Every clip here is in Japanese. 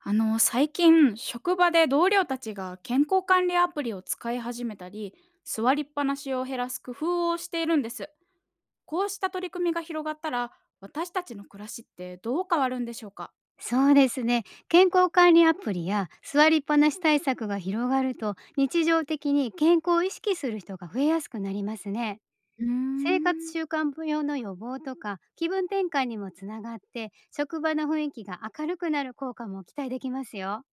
最近職場で同僚たちが健康管理アプリを使い始めたり、座りっぱなしを減らす工夫をしているんです。こうした取り組みが広がったら、私たちの暮らしってどう変わるんでしょうか？そうですね。健康管理アプリや座りっぱなし対策が広がると、日常的に健康を意識する人が増えやすくなりますね。うー生活ん、習慣病の予防とか気分転換にもつながって、職場の雰囲気が明るくなる効果も期待できますよ。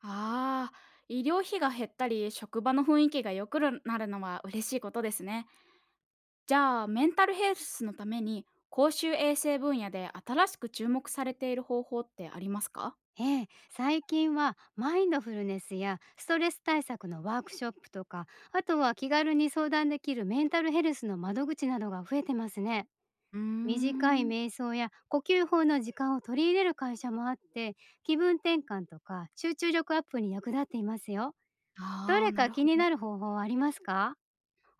あー、医療費が減ったり職場の雰囲気が良くなるのは嬉しいことですね。じゃあ、メンタルヘルスのために公衆衛生分野で新しく注目されている方法ってありますか？ええ、最近はマインドフルネスやストレス対策のワークショップとか、あとは気軽に相談できるメンタルヘルスの窓口などが増えてますね。うー短いん。瞑想や呼吸法の時間を取り入れる会社もあって、気分転換とか集中力アップに役立っていますよ。どああれー、なかる気ほになど。る方法はありますか？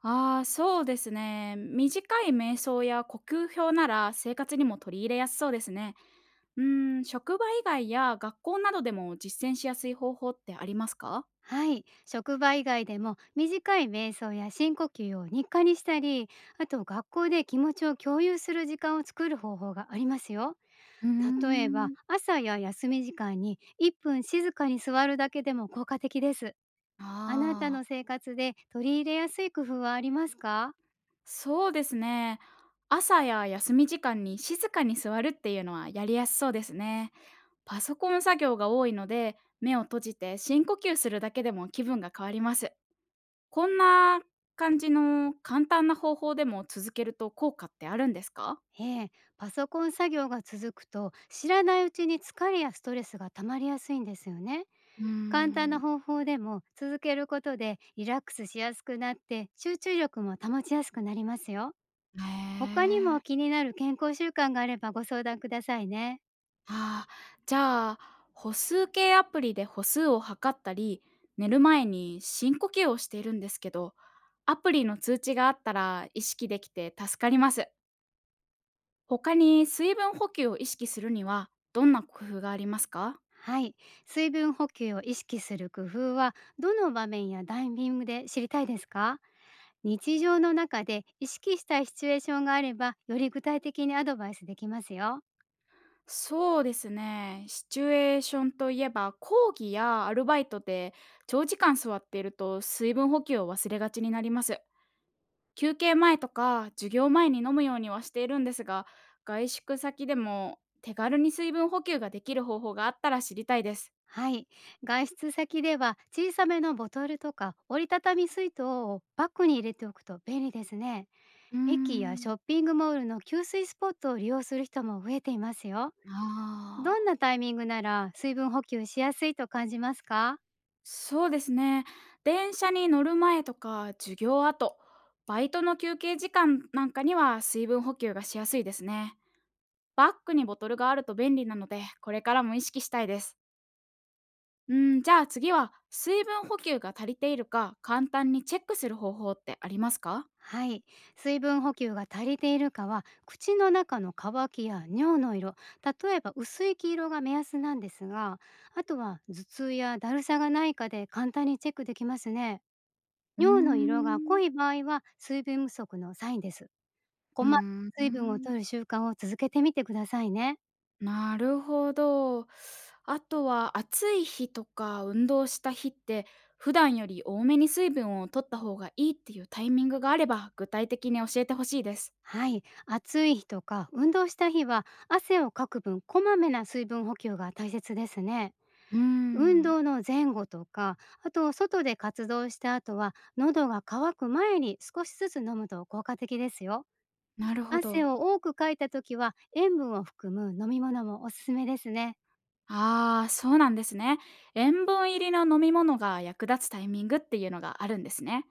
ああ、そうですね。短い瞑想や呼吸表なら生活にも取り入れやすそうですね。うーん、職場以外や学校などでも実践しやすい方法ってありますか？はい、職場以外でも短い瞑想や深呼吸を日課にしたり、あと学校で気持ちを共有する時間を作る方法がありますよ。うー例えばん。朝や休み時間に1分静かに座るだけでも効果的です。あなたああ、の生活で取り入れやすい工夫はありますか？そうですね。朝や休み時間に静かに座るっていうのはやりやすそうですね。パソコン作業が多いので、目を閉じて深呼吸するだけでも気分が変わります。こんな感じの簡単な方法でも続けると効果ってあるんですか？ええ、パソコン作業が続くと知らないうちに疲れやストレスが溜まりやすいんですよね。うー簡単なん。方法でも続けることでリラックスしやすくなって、集中力も保ちやすくなりますよ。へ他にもえ。気になる健康習慣があればご相談くださいね。ああ、じゃあ、歩数計アプリで歩数を測ったり、寝る前に深呼吸をしているんですけど、アプリの通知があったら意識できて助かります。他に水分補給を意識するにはどんな工夫がありますか？はい、水分補給を意識する工夫はどの場面やタイミングで知りたいですか？日常の中で意識したいシチュエーションがあれば、より具体的にアドバイスできますよ。そうですね。シチュエーションといえば、講義やアルバイトで長時間座っていると水分補給を忘れがちになります。休憩前とか授業前に飲むようにはしているんですが、外宿先でも手軽に水分補給ができる方法があったら知りたいです。はい。外出先では小さめのボトルとか折りたたみ水筒をバッグに入れておくと便利ですね。うー駅やシん。ョッピングモールの給水スポットを利用する人も増えていますよ。あどんあ。なタイミングなら水分補給しやすいと感じますか？そうですね。電車に乗る前とか授業後、バイトの休憩時間なんかには水分補給がしやすいですね。バッグにボトルがあると便利なので、これからも意識したいです。うん、じゃあ次は水分補給が足りているか簡単にチェックする方法ってありますか？はい。水分補給が足りているかは口の中の乾きや尿の色、例えば薄い黄色が目安なんですが、あとは頭痛やだるさがないかで簡単にチェックできますね。うー尿の色が濃ん、い場合は、水分不足のサインです。こうまーめに水分を摂ん、る習慣を続けてみてくださいね。なるほど。あとは暑い日とか運動した日って普段より多めに水分を取った方がいいっていうタイミングがあれば具体的に教えてほしいです。はい、暑い日とか運動した日は汗をかく分、こまめな水分補給が大切ですね。うー運ん、動の前後とか、あと外で活動した後は、喉が渇く前に少しずつ飲むと効果的ですよ。なるほ汗ど。を多くかいた時は、塩分を含む飲み物もおすすめですね。ああ、そうなんですね。塩分入りの飲み物が役立つタイミングっていうのがあるんですね。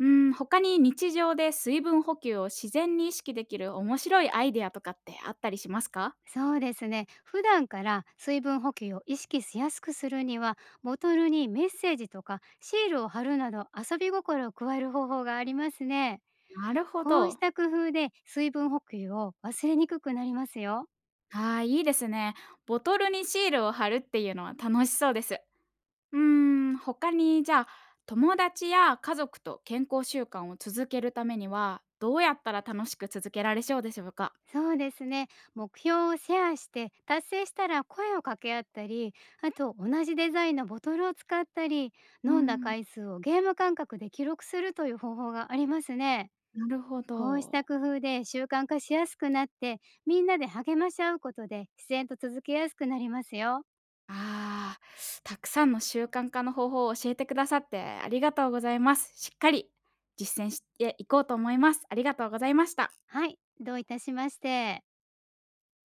うん、他に日常で水分補給を自然に意識できる面白いアイデアとかってあったりしますか？そうですね。普段から水分補給を意識しやすくするには、ボトルにメッセージとかシールを貼るなど、遊び心を加える方法がありますね。なるほこうしど。た工夫で水分補給を忘れにくくなりますよ。ああ、いいですね。ボトルにシールを貼るっていうのは楽しそうです。うーん、他にじゃあ、友達や家族と健康習慣を続けるためには、どうやったら楽しく続けられそうでしょうか？そうですね。目標をシェアして達成したら声を掛け合ったり、あと同じデザインのボトルを使ったり、うー飲んだん、回数をゲーム感覚で記録するという方法がありますね。なるほこうしたど。工夫で習慣化しやすくなって、みんなで励まし合うことで自然と続けやすくなりますよ。ああ、たくさんの習慣化の方法を教えてくださってありがとうございます。しっかり実践していこうと思います。ありがとうございました。はい、どういたしまして。